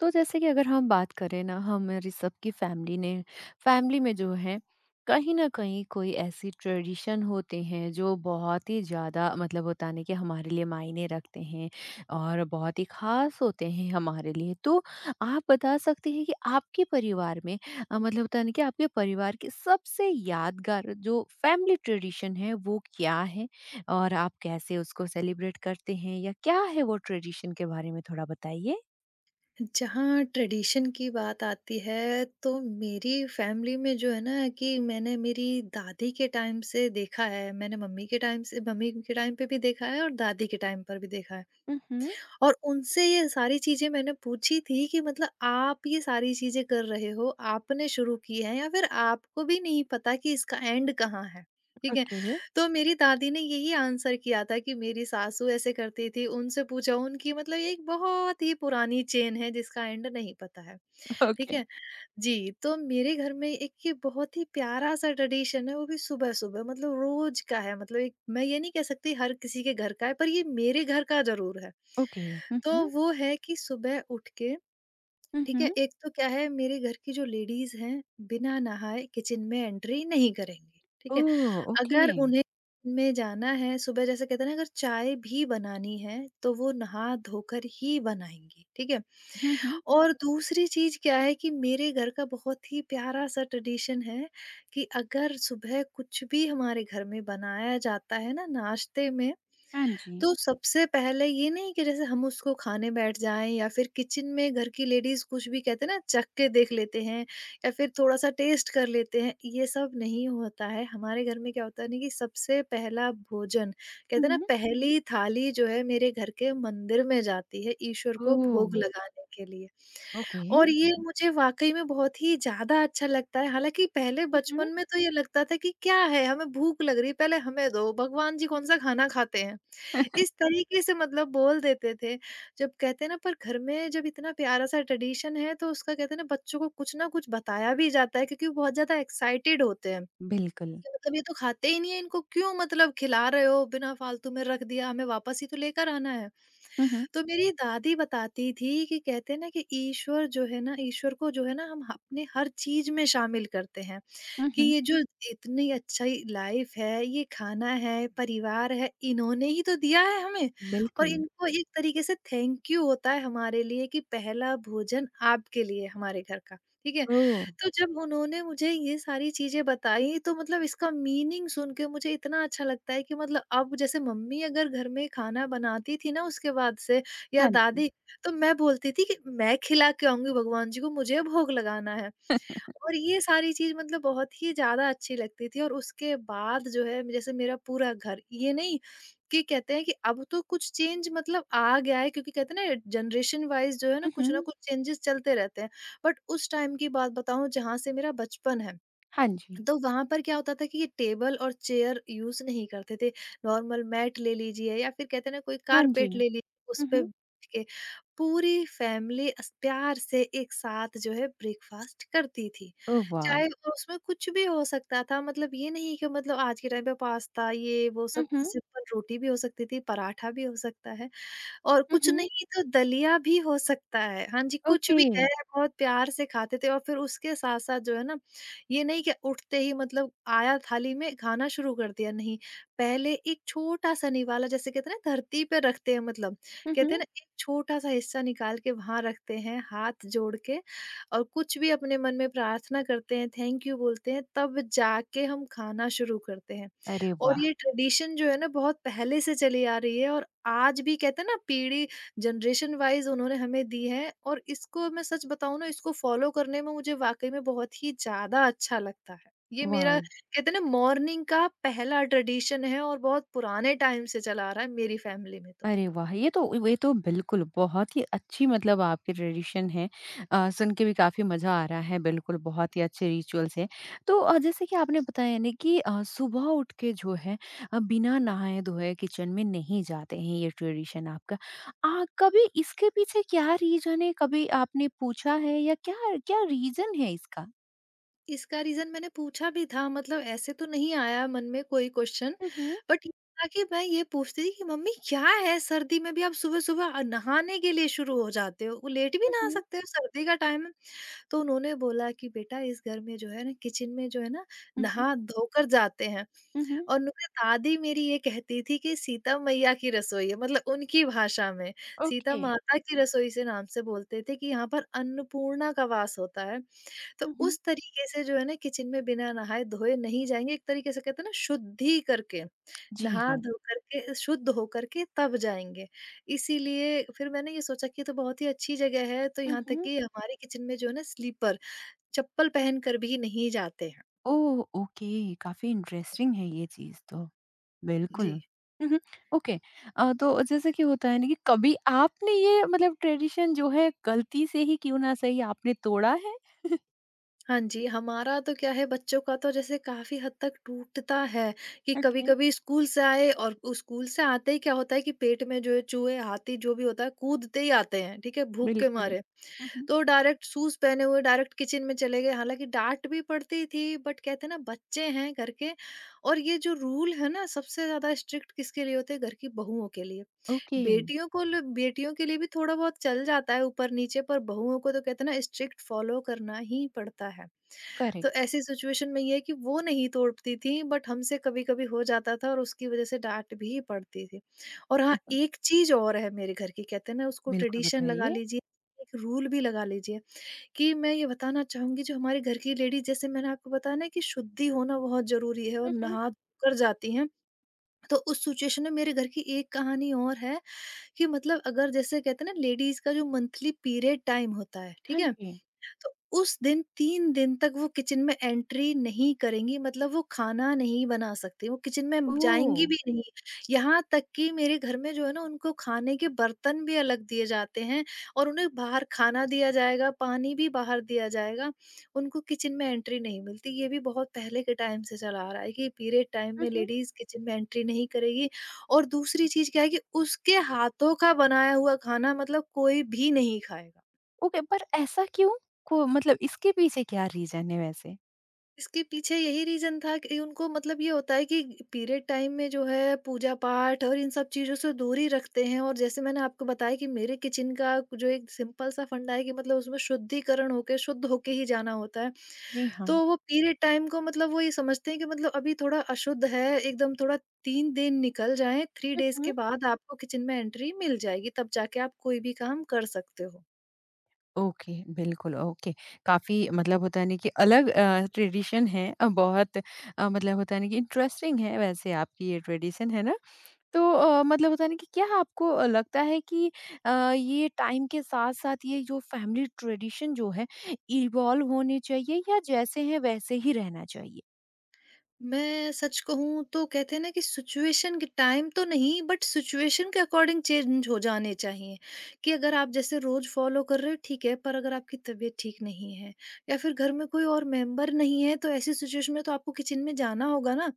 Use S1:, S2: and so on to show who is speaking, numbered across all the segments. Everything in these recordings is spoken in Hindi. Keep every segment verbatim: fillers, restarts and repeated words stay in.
S1: तो जैसे कि अगर हम बात करें ना हमारी सबकी फैमिली ने फैमिली में जो है कहीं ना कहीं कोई ऐसी ट्रेडिशन होते हैं जो बहुत ही ज़्यादा मतलब होता नहीं कि हमारे लिए मायने रखते हैं और बहुत ही खास होते हैं हमारे लिए तो आप बता सकते हैं कि आपके परिवार में अ, मतलब होता नहीं कि आपके परिवार की सबसे यादगार जो फैमिली ट्रेडिशन है वो क्या है और आप कैसे उसको सेलिब्रेट करते हैं या क्या है वो ट्रेडिशन के बारे में थोड़ा बताइए?
S2: जहाँ ट्रेडिशन की बात आती है, तो मेरी फैमिली में जो है ना कि मैंने मेरी दादी के टाइम से देखा है, मैंने मम्मी के टाइम से मम्मी के टाइम पे भी देखा है और दादी के टाइम पर भी देखा है।
S1: हुँ, हुँ।
S2: और उनसे ये सारी चीज़ें मैंने पूछी थी कि मतलब आप ये सारी चीज़ें कर रहे हो, आपने शुरू की है या फिर आपको भी नहीं पता कि इसका एंड कहाँ है? ठीक है?
S1: ओके,
S2: तो मेरी दादी ने यही आंसर किया था कि मेरी सासू ऐसे करती थी, उनसे पूछा उनकी, मतलब ये एक बहुत ही पुरानी चेन है जिसका एंड नहीं पता है। ठीक
S1: ओके,
S2: है? जी, तो मेरे घर में एक ये बहुत ही प्यारा-सा ट्रेडिशन है, वो भी सुबह-सुबह, मतलब रोज़ का है, मतलब एक मैं ये नहीं कह सकती हर किसी के घर का है, पर ये मेरे घर का ज़रूर है।
S1: ओके। हुँ,
S2: तो
S1: हुँ।
S2: वो है कि सुबह उठ के,
S1: हुँ,
S2: ठीक है,
S1: हुँ।
S2: एक तो क्या है मेरे घर की जो लेडीज़ हैं, बिना नहाए किचन में एंट्री नहीं करेंगी, ठीक है?
S1: ओह! ओके।
S2: अगर उन्हें में जाना है सुबह, जैसे कहते हैं ना, अगर चाय भी बनानी है तो वो नहा धोकर ही बनाएँगी, ठीक है?
S1: हुँ, हुँ।
S2: और दूसरी चीज़ क्या है कि मेरे घर का बहुत ही प्यारा-सा ट्रेडिशन है कि अगर सुबह कुछ भी हमारे घर में बनाया जाता है ना नाश्ते में,
S1: हाँ जी।
S2: तो सबसे पहले ये नहीं कि जैसे हम उसको खाने बैठ जाएँ या फिर किचन में घर की लेडीज़ कुछ भी, कहते हैं ना, चख के देख लेते हैं या फिर थोड़ा-सा टेस्ट कर लेते हैं, ये सब नहीं होता है। हमारे घर में क्या होता है ना कि सबसे पहला भोजन,
S1: हुँ,
S2: कहते हैं ना,
S1: हुँ।
S2: पहली थाली जो है मेरे घर के मंदिर में जाती है ईश्वर को
S1: ओह!
S2: भोग जी लगाने के लिए।
S1: ओके।
S2: और ये मुझे वाक़ई में बहुत ही ज़्यादा अच्छा लगता है। हालाँकि पहले
S1: हुँ, हुँ।
S2: बचपन में तो ये लगता था कि क्या है, हमें भूख लग रही है, पहले हमें दो, भगवान जी कौन-सा खाना खाते हैं। इस तरीके से मतलब बोल देते थे। जब कहते हैं ना, पर घर में जब इतना प्यारा-सा ट्रेडिशन है तो उसका, कहते हैं ना, बच्चों को कुछ ना कुछ बताया भी जाता है, क्योंकि वो बहुत ज़्यादा एक्साइटेड होते हैं
S1: बिल्कुल।
S2: कि मतलब ये तो खाते ही नहीं है, इनको क्यों मतलब खिला रहे हो? बिना फालतू में रख दिया, हमें वापस ही तो लेकर आना है।
S1: हुँ, हुँ।
S2: तो मेरी दादी बताती थी कि कहते हैं ना कि ईश्वर जो है ना, ईश्वर को जो है ना, हम अपने हर चीज़ में शामिल करते हैं।
S1: हुँ,
S2: कि
S1: हुँ।
S2: ये जो इतनी अच्छी लाइफ है, ये खाना है, परिवार है, इन्होंने ही तो दिया है हमें, और
S1: बिल्कुल।
S2: इनको एक तरीके से थैंक यू होता है हमारे लिए कि पहला भोजन आपके लिए हमारे घर का, ठीक है?
S1: ओह!
S2: तो जब उन्होंने मुझे ये सारी चीज़ें बताई, तो मतलब इसका मीनिंग सुन के मुझे इतना अच्छा लगता है कि मतलब अब जैसे मम्मी अगर घर में खाना बनाती थी ना, उसके बाद से, या
S1: हाँ जी।
S2: दादी, तो मैं बोलती थी कि मैं खिला के आऊँगी भगवान जी को, मुझे भोग लगाना है। और ये सारी चीज़ मतलब बहुत ही ज़्यादा अच्छी लगती थी, और उसके बाद जो है, जैसे मेरा पूरा घर, ये नहीं कि कहते हैं कि अब तो कुछ चेंज मतलब आ गया है, क्योंकि कहते हैं ना, जनरेशन वाइज जो है ना,
S1: हुँ,
S2: कुछ ना
S1: हुँ।
S2: कुछ चेंजेस चलते रहते हैं। बट उस टाइम की बात बताऊं जहां से मेरा बचपन है,
S1: हाँ जी।
S2: तो वहां पर क्या होता था कि ये टेबल और चेयर यूज नहीं करते थे। नॉर्मल मैट ले लीजिए या फिर, कहते हैं ना, कोई
S1: हाँ जी।
S2: कारपेट ले लीजिए, उस
S1: हुँ,
S2: पे
S1: हुँ।
S2: पूरी फैमिली अस- प्यार से एक साथ जो है ब्रेकफास्ट करती थी।
S1: ओह
S2: चाहे
S1: वाव!
S2: और उसमें कुछ भी हो सकता था, मतलब ये नहीं कि मतलब आज के टाइम पे पास्ता, ये वो
S1: हुँ,
S2: सब,
S1: हुँ।
S2: सिंपल रोटी भी हो सकती थी, पराठा भी हो सकता है, और
S1: हुँ,
S2: कुछ
S1: हुँ।
S2: नहीं तो दलिया भी हो सकता है। हाँ जी, कुछ
S1: ओके।
S2: भी है, बहुत प्यार से खाते थे। और फिर उसके साथ-साथ जो है ना, ये नहीं कि उठते ही मतलब आया थाली में खाना शुरू कर दिया, नहीं। पहले एक छोटा-सा निवाला, जैसे कहते हैं ना, धरती पे रखते हैं, मतलब,
S1: हुँ, हुँ।
S2: कहते हैं ना, एक छोटा-सा हिस्सा निकाल के वहाँ रखते हैं, हाथ जोड़ के, और कुछ भी अपने मन में प्रार्थना करते हैं, थैंक यू बोलते हैं, तब जाके हम खाना शुरू करते हैं।
S1: अरे
S2: और
S1: वाह!
S2: ये ट्रेडिशन जो है ना, बहुत पहले से चली आ रही है, और आज भी, कहते हैं ना, पीढ़ी जनरेशन वाइज उन्होंने हमें दी है, और इसको मैं सच बताऊं ना, इसको फॉलो करने में मुझे वाकई में बहुत ही ज्यादा अच्छा लगता है। ये मेरा,
S1: वाओ!
S2: कहते हैं ना, मॉर्निंग का पहला ट्रेडिशन है, और बहुत पुराने टाइम से चला आ रहा है मेरी फैमिली में। तो
S1: अरे वाह! ये तो ये तो बिल्कुल बहुत ही अच्छी मतलब आपकी ट्रेडिशन है। अ, सुन के भी काफ़ी मज़ा आ रहा है, बिल्कुल बहुत ही अच्छे रिचुअल्स हैं। तो अ, जैसे कि आपने बताया ना कि अ, सुबह उठ के जो है अ, बिना नहाए-धोए किचन में नहीं जाते हैं, ये ट्रेडिशन आपका। अ, कभी इसके पीछे क्या रीज़न है? कभी आपने पूछा है या क्या क्या रीज़न है इसका?
S2: इसका रीज़न मैंने पूछा भी था, मतलब ऐसे तो नहीं आया मन में कोई क्वेश्चन,
S1: Mhm,
S2: बट ये था कि मैं ये पूछती थी कि मम्मी क्या है, सर्दी में भी आप सुबह-सुबह अ, नहाने के लिए शुरू हो जाते हो, वो लेट भी नहा
S1: mhm,
S2: सकते हो, सर्दी का टाइम है। तो उन्होंने बोला कि बेटा, इस घर में जो है ना, किचन में जो है ना,
S1: हुँ,
S2: नहा-धोकर जाते हैं।
S1: हुँ, हुँ।
S2: और उन्होंने, दादी मेरी ये कहती थी, कि सीता मैया की रसोई है, मतलब उनकी भाषा में, सीता
S1: ओके।
S2: माता की रसोई से नाम से बोलते थे, कि यहाँ पर अन्नपूर्णा का वास होता है। तो
S1: हुँ।
S2: उस तरीके से जो है ना, किचन में बिना नहाए-धोए नहीं जाएँगे, एक तरीके से कहते हैं ना शुद्धि करके,
S1: जी हाँ।
S2: नहा-धो करके, शुद्ध हो करके तब जाएँगे। इसीलिए फिर मैंने ये सोचा कि ये तो बहुत ही अच्छी जगह है, तो यहाँ तक
S1: उहुँ।
S2: कि हमारे किचन में जो है ना, स्लीपर, चप्पल पहन कर भी नहीं जाते हैं।
S1: ओह! ओके, काफ़ी इंटरेस्टिंग है ये चीज़ तो, बिल्कुल।
S2: जी।
S1: उहुँ, ओके अ, तो जैसे कि होता है ना कि कभी आपने ये मतलब ट्रेडिशन जो है गलती से ही क्यों ना सही आपने तोड़ा है?
S2: हाँ जी, हमारा तो क्या है, बच्चों का तो जैसे काफ़ी हद तक टूटता है कि
S1: ओके,
S2: कभी-कभी स्कूल से आए, और उस स्कूल से आते ही क्या होता है कि पेट में जो है चूहे, हाथी, जो भी होता है, कूदते ही आते हैं, ठीक है? भूख के
S1: बिल्कुल।
S2: मारे।
S1: उहुँ।
S2: तो डायरेक्ट शूज़ पहने हुए डायरेक्ट किचन में चले गए, हालाँकि डाँट भी पड़ती थी, बट कहते हैं ना, बच्चे हैं घर के। और ये जो रूल है ना, सबसे ज़्यादा स्ट्रिक्ट किसके लिए होते हैं, घर की बहुओं के लिए।
S1: ओके,
S2: बेटियों को ल बेटियों के लिए भी थोड़ा बहुत चल जाता है, ऊपर-नीचे, पर बहुओं को तो, कहते हैं ना, स्ट्रिक्ट फ़ॉलो करना ही पड़ता है। तो
S1: करेक्ट।
S2: ऐसी सिचुएशन में ये है कि वो नहीं तोड़ती थी, बट हमसे कभी-कभी हो जाता था, और उसकी वज़ह से डाँट भी पड़ती थी। और हाँ, एक चीज़ और है मेरे घर की, कहते हैं ना, उसको
S1: बिल्कुल
S2: ट्रेडिशन लगा
S1: बताइए।
S2: लीजिए, एक रूल भी लगा लीजिए। कि मैं ये बताना चाहूँगी, जो हमारे घर की लेडीज़, जैसे मैंने आपको बताया ना कि शुद्धि होना बहुत ज़रूरी है और
S1: हुँ, हुँ।
S2: नहा कर जाती हैं। तो उस सिचुएशन में मेरे घर की एक कहानी और है, कि मतलब अगर, जैसे कहते हैं ना, लेडीज़ का जो मंथली पीरियड टाइम होता है, ठीक
S1: हाँ
S2: है?
S1: जी।
S2: तो उस दिन तीन दिन तक वो किचन में एंट्री नहीं करेंगी, मतलब वो खाना नहीं बना सकती, वो किचन में
S1: ओह!
S2: जाएँगी भी नहीं। यहाँ तक कि मेरे घर में जो है ना, उनको खाने के बर्तन भी अलग दिए जाते हैं, और उन्हें बाहर खाना दिया जाएगा, पानी भी बाहर दिया जाएगा। उनको किचन में एंट्री नहीं मिलती। ये भी बहुत पहले के टाइम से चला आ रहा है कि पीरियड टाइम
S1: हुँ,
S2: में
S1: हुँ।
S2: लेडीज़ किचन में एंट्री नहीं करेगी। और दूसरी चीज़ क्या है कि उसके हाथों का बनाया हुआ खाना, मतलब कोई भी नहीं खाएगा।
S1: ओके, पर ऐसा क्यों? को मतलब इसके पीछे क्या रीज़न है वैसे?
S2: इसके पीछे यही रीज़न था कि उनको, मतलब ये होता है कि पीरियड टाइम में जो है पूजा-पाठ और इन सब चीज़ों से दूरी रखते हैं, और जैसे मैंने आपको बताया कि मेरे किचन का जो एक सिंपल सा फंडा है कि मतलब उसमें शुद्धिकरण होके, शुद्ध होके ही जाना होता है।
S1: जी हाँ।
S2: तो वो पीरियड टाइम को मतलब वो ये समझते हैं कि मतलब अभी थोड़ा अशुद्ध है, एकदम थोड़ा, तीन दिन निकल जाएँ, थ्री डेज़
S1: हुँ।
S2: के बाद आपको किचन में एंट्री मिल जाएगी, तब जाके आप कोई भी काम कर सकते हो।
S1: ओके, बिल्कुल ओके। काफ़ी मतलब होता है ना कि अलग अ, ट्रेडिशन है अ, बहुत अ, मतलब होता है ना कि इंटरेस्टिंग है वैसे आपकी ये ट्रेडिशन, है ना? तो अ, मतलब होता है ना कि क्या आपको अ, लगता है कि अ, ये टाइम के साथ-साथ ये जो फैमिली ट्रेडिशन जो है इवॉल्व होने चाहिए या जैसे हैं वैसे ही रहना चाहिए?
S2: मैं सच कहूँ तो, कहते हैं ना, कि सिचुएशन के टाइम तो नहीं, बट सिचुएशन के अकॉर्डिंग चेंज हो जाने चाहिए। कि अगर आप जैसे रोज फॉलो कर रहे हो, ठीक है, पर अगर आपकी तबीयत ठीक नहीं है, या फिर घर में कोई और मेंबर नहीं है, तो ऐसी सिचुएशन में तो आपको किचन में जाना होगा ना,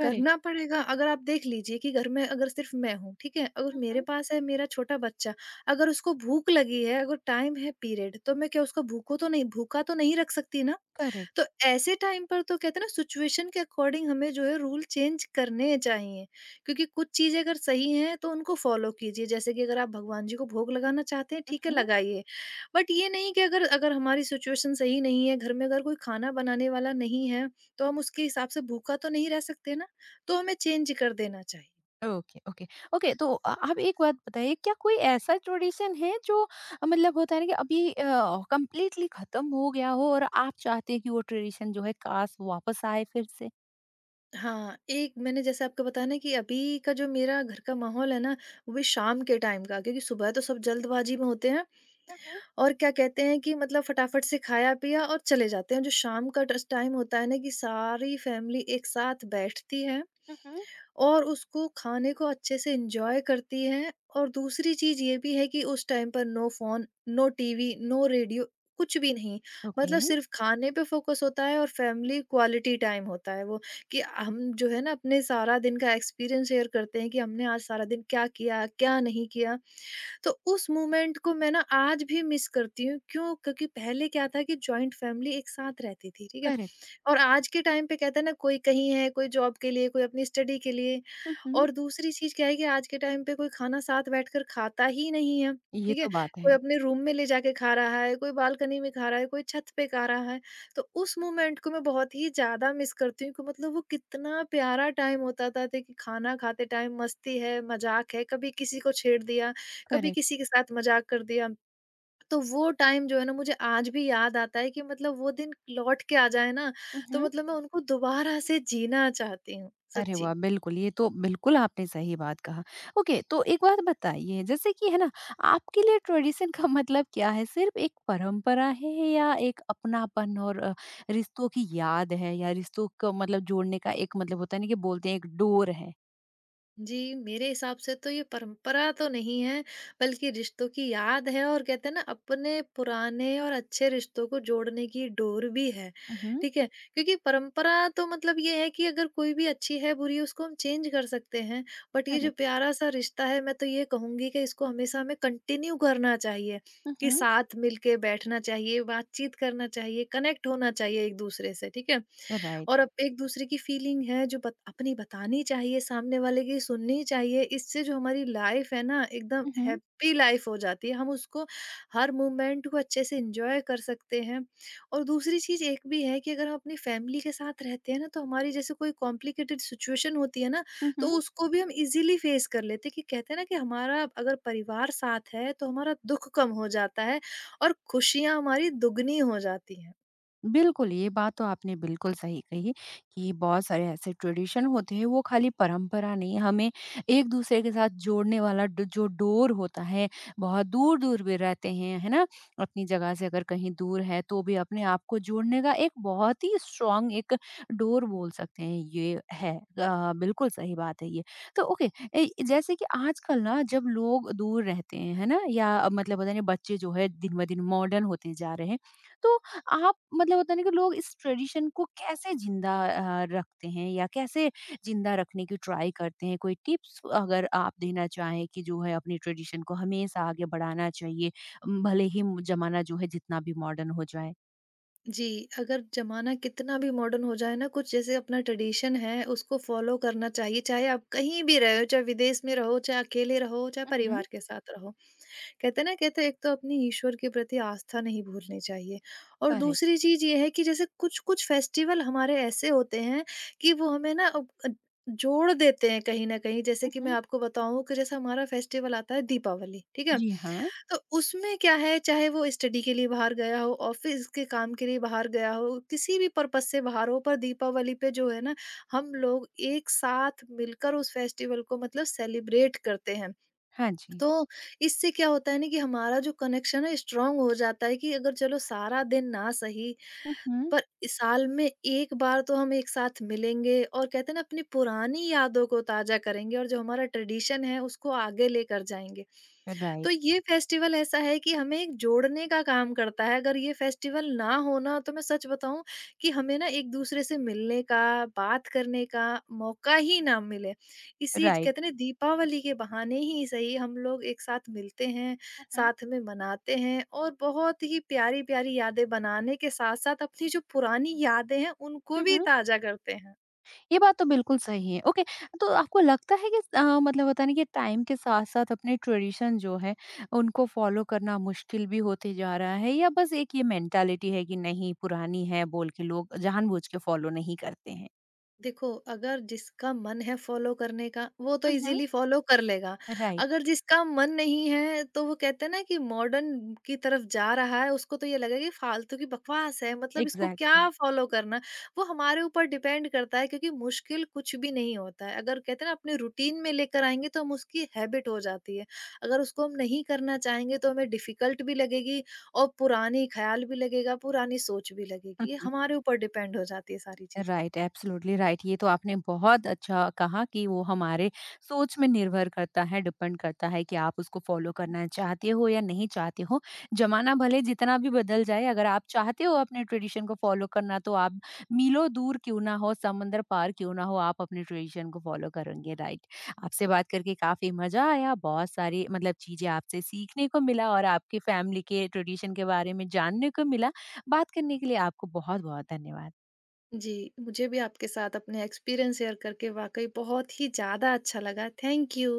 S1: करेक्ट।
S2: करना पड़ेगा। अगर आप देख लीजिए कि घर में अगर सिर्फ मैं हूँ, ठीक है, अगर
S1: हुँ,
S2: मेरे
S1: हुँ।
S2: पास है मेरा छोटा बच्चा, अगर उसको भूख लगी है, अगर टाइम है पीरियड, तो मैं क्या उसको भूखो तो नहीं भूखा तो नहीं रख सकती ना।
S1: करेक्ट।
S2: तो ऐसे टाइम पर तो, कहते हैं ना, सिचुएशन के अकॉर्डिंग हमें जो है रूल चेंज करने चाहिए, क्योंकि कुछ चीजें अगर सही हैं तो उनको फॉलो कीजिए। जैसे कि अगर आप भगवान जी को भोग लगाना चाहते हैं,
S1: हुँ,
S2: ठीक है,
S1: हुँ।
S2: लगाइए। बट ये नहीं कि अगर अगर हमारी सिचुएशन सही नहीं है, घर में अगर कोई खाना बनाने वाला नहीं है तो हम उसके हिसाब से भूखा तो नहीं रह सकते ना। तो हमें चेंज कर देना चाहिए।
S1: Okay, okay, okay. तो अ, आप एक बात बताइए, क्या कोई ऐसा ट्रेडिशन है जो अ, मतलब होता है ना कि अभी कंप्लीटली खत्म हो गया हो और आप चाहते हैं कि वो ट्रेडिशन जो है काश वापस आए फिर से?
S2: हाँ, एक मैंने जैसे आपको बताया ना कि अभी का जो मेरा घर का माहौल है ना, वो भी शाम के टाइम का, क्योंकि सुबह तो सब जल्दबाजी में होते हैं
S1: हम्म,
S2: और क्या कहते हैं कि मतलब फटाफट से खाया पिया और चले जाते हैं। जो शाम का टस टाइम होता है ना कि सारी फैमिली एक साथ बैठती है
S1: हम्म।
S2: और उसको खाने को अच्छे से एन्जॉय करती है। और दूसरी चीज़ ये भी है कि उस टाइम पर no phone, no TV, no radio, कुछ भी नहीं।
S1: ओके।
S2: मतलब सिर्फ़ खाने पे फ़ोकस होता है और फैमिली क्वालिटी टाइम होता है वो, कि हम जो है ना अपने सारा दिन का एक्सपीरियंस शेयर करते हैं कि हमने आज सारा दिन क्या किया, क्या नहीं किया। तो उस मोमेंट को मैं ना आज भी मिस करती हूँ। क्यों? क्योंकि पहले क्या था कि जॉइंट फैमिली एक साथ रहती थी, ठीक है?
S1: करेक्ट।
S2: और आज के टाइम पे कहते हैं ना, कोई कहीं है, कोई जॉब के लिए, कोई अपनी स्टडी के लिए।
S1: हम्म।
S2: और दूसरी चीज़ क्या है कि आज के टाइम पे कोई खाना साथ बैठकर खाता ही नहीं है,
S1: ये
S2: ठीक है?
S1: तो बात
S2: कोई
S1: है।
S2: अपने रूम में ले जाके खा रहा है, कोई बालकनी में खा रहा है, कोई छत पे खा रहा है। तो उस मोमेंट को मैं बहुत ही ज़्यादा मिस करती हूँ कि मतलब वो कितना प्यारा टाइम होता था थे कि खाना खाते टाइम मस्ती है, मज़ाक है, कभी किसी को छेड़ दिया, कभी
S1: करेक्ट।
S2: किसी के साथ मज़ाक कर दिया। तो वो टाइम जो है ना मुझे आज भी याद आता है कि मतलब वो दिन लौट के आ जाए ना, तो मतलब मैं उनको दोबारा से जीना चाहती हूँ,
S1: अरे
S2: सच्ची।
S1: वाह! बिल्कुल, ये तो बिल्कुल आपने सही बात कहा। ओके, तो एक बात बताइए जैसे कि है ना, आपके लिए ट्रेडिशन का मतलब क्या है? सिर्फ़ एक परंपरा है या एक अपनापन और अ, रिश्तों की याद है या रिश्तों को मतलब जोड़ने का एक मतलब होता है ना कि बोलते हैं एक डोर है?
S2: जी, मेरे हिसाब से तो ये परंपरा तो नहीं है, बल्कि रिश्तों की याद है और कहते हैं ना अपने पुराने और अच्छे रिश्तों को जोड़ने की डोर भी है,
S1: हुँ, हुँ।
S2: ठीक है? क्योंकि परंपरा तो मतलब ये है कि अगर कोई भी अच्छी है, बुरी है, उसको हम चेंज कर सकते हैं, बट ये जो
S1: करेक्ट।
S2: प्यारा-सा रिश्ता है, मैं तो ये कहूँगी कि इसको हमेशा हमें कंटिन्यू करना चाहिए,
S1: हुँ,
S2: कि
S1: हुँ।
S2: साथ मिल के बैठना चाहिए, बातचीत करना चाहिए, कनेक्ट होना चाहिए एक-दूसरे से, ठीक है?
S1: राइट।
S2: और अब एक-दूसरे की फीलिंग है जो बत अपनी बतानी चाहिए, सामने वाले की सुननी चाहिए। इससे जो हमारी लाइफ है ना एकदम
S1: हुँ, हुँ।
S2: हैप्पी लाइफ हो जाती है। हम उसको हर मोमेंट को अच्छे से एन्जॉय कर सकते हैं। और दूसरी चीज़ एक भी है कि अगर हम अपनी फैमिली के साथ रहते हैं ना, तो हमारी जैसे कोई कॉम्प्लिकेटेड सिचुएशन होती है ना,
S1: हुँ,
S2: तो
S1: हुँ।
S2: उसको भी हम ईज़िली फेस कर लेते हैं। कि कहते हैं ना कि हमारा अगर परिवार साथ है तो हमारा दुःख कम हो जाता है और खुशियाँ हमारी दुगनी हो जाती हैं।
S1: बिल्कुल, ये बात तो आपने बिल्कुल सही कही कि बहुत सारे ऐसे ट्रेडिशन होते हैं, वो खाली परंपरा नहीं, हमें एक-दूसरे के साथ जोड़ने वाला ड जो डोर होता है, बहुत दूर-दूर भी रहते हैं, है ना? अपनी जगह से अगर कहीं दूर है, तो भी अपने आप को जोड़ने का एक बहुत ही स्ट्रॉन्ग एक डोर बोल सकते हैं, ये है। अ, बिल्कुल सही बात है ये। तो ओके, ए, जैसे कि आजकल ना जब लोग दूर रहते हैं, है ना? या मतलब पता नहीं बच्चे जो है दिन-ब-दिन मॉडर्न होते जा रहे हैं, तो आप मतलब होता है ना कि लोग इस ट्रेडिशन को कैसे जिंदा अ, रखते हैं या कैसे जिंदा रखने की ट्राई करते हैं? कोई टिप्स अगर आप देना चाहें कि जो है अपनी ट्रेडिशन को हमेशा आगे बढ़ाना चाहिए, उम, भले ही ज़माना जो है जितना भी मॉडर्न हो जाए?
S2: जी, अगर ज़माना कितना भी मॉडर्न हो जाए ना, कुछ जैसे अपना ट्रेडिशन है, उसको फ़ॉलो करना चाहिए, चाहे आप कहीं भी रहे हो, चाहे विदेश में रहो, चाहे अकेले रहो, चाहे
S1: उहुँ,
S2: परिवार के साथ रहो। कहते हैं ना, कहते हैं, एक तो अपनी ईश्वर के प्रति आस्था नहीं भूलनी चाहिए और
S1: करेक्ट।
S2: दूसरी चीज ये है कि जैसे कुछ कुछ फेस्टिवल हमारे ऐसे होते हैं कि वो हमें ना अब, अ, जोड़ देते हैं कहीं ना कहीं। जैसे कि मैं
S1: उहुँ,
S2: आपको बताऊं कि जैसे हमारा फेस्टिवल आता है दीपावली, ठीक है,
S1: जी हाँ।
S2: तो उसमें क्या है, चाहे वो स्टडी के लिए बाहर गया हो, ऑफिस के काम के लिए बाहर गया हो, किसी भी पर्पस से बाहर हो, पर दीपावली पे जो है ना हम लोग एक साथ मिलकर उस फेस्टिवल को मतलब सेलिब्रेट करते हैं।
S1: हाँ जी।
S2: तो इससे क्या होता है ना कि हमारा जो कनेक्शन है स्ट्रांग हो जाता है। कि अगर चलो सारा दिन ना सही,
S1: उहुँ,
S2: पर साल में एक बार तो हम एक साथ मिलेंगे और कहते हैं ना अपनी पुरानी यादों को ताजा करेंगे और जो हमारा ट्रेडिशन है उसको आगे लेकर जाएंगे।
S1: राइट,
S2: तो ये फेस्टिवल ऐसा है कि हमें एक जोड़ने का काम करता है। अगर ये फेस्टिवल ना होना तो मैं सच बताऊं कि हमें ना एक दूसरे से मिलने का, बात करने का मौका ही ना मिले। इसी
S1: राइट।
S2: कहते हैं ना, दीपावली के बहाने ही सही, हम लोग एक साथ मिलते हैं,
S1: उहुँ,
S2: साथ में मनाते हैं और बहुत ही प्यारी-प्यारी यादें बनाने के साथ-साथ अपनी जो पुरानी यादें हैं उनको भी
S1: उहुँ।
S2: ताज़ा करते हैं।
S1: ये बात तो बिल्कुल सही है। ओके, तो आपको लगता है कि अ, मतलब होता है ना कि टाइम के साथ-साथ अपने ट्रेडिशन जो है, उनको फ़ॉलो करना मुश्किल भी होते जा रहा है या बस एक ये मेंटालिटी है कि नहीं, पुरानी है बोल के लोग जानबूझ के फ़ॉलो नहीं करते हैं?
S2: देखो, अगर जिसका मन है फ़ॉलो करने का, वो तो
S1: हुँ, हुँ।
S2: ईज़िली फ़ॉलो कर लेगा।
S1: राइट,
S2: अगर जिसका मन नहीं है, तो वो कहते हैं ना कि मॉडर्न की तरफ जा रहा है, उसको तो ये लगेगा कि फालतू की बकवास है, मतलब इसको
S1: एग्ज़ैक्टली।
S2: क्या फ़ॉलो करना। वो हमारे ऊपर डिपेंड करता है, क्योंकि मुश्किल कुछ भी नहीं होता है। अगर कहते हैं ना अपने रूटीन में लेकर आएँगे, तो हम उसकी हैबिट हो जाती है। अगर उसको हम नहीं करना चाहेंगे, तो हमें डिफ़िकल्ट भी लगेगी और पुरानी ख़्याल भी लगेगा, पुरानी सोच भी लगेगी। ये हमारे ऊपर डिपेंड हो जाती है सारी चीज़ें।
S1: Right, absolutely right. ये तो आपने बहुत अच्छा कहा कि वो हमारे सोच में निर्भर करता है, डिपेंड करता है कि आप उसको फ़ॉलो करना चाहते हो या नहीं चाहते हो। ज़माना भले जितना भी बदल जाए, अगर आप चाहते हो अपने ट्रेडिशन को फ़ॉलो करना, तो आप मीलों दूर क्यों ना हो, समंदर पार क्यों ना हो, आप अपने ट्रेडिशन को फ़ॉलो करेंगे, राइट। आपसे बात करके काफ़ी मज़ा आया, बहुत सारी मतलब चीज़ें आपसे सीखने को मिला और आपकी फैमिली के ट्रेडिशन के बारे में जानने को मिला। बात करने के लिए आपको बहुत-बहुत धन्यवाद।
S2: जी, मुझे भी आपके साथ अपने एक्सपीरियंस शेयर करके वाक़ई बहुत ही ज़्यादा अच्छा लगा। Thank you.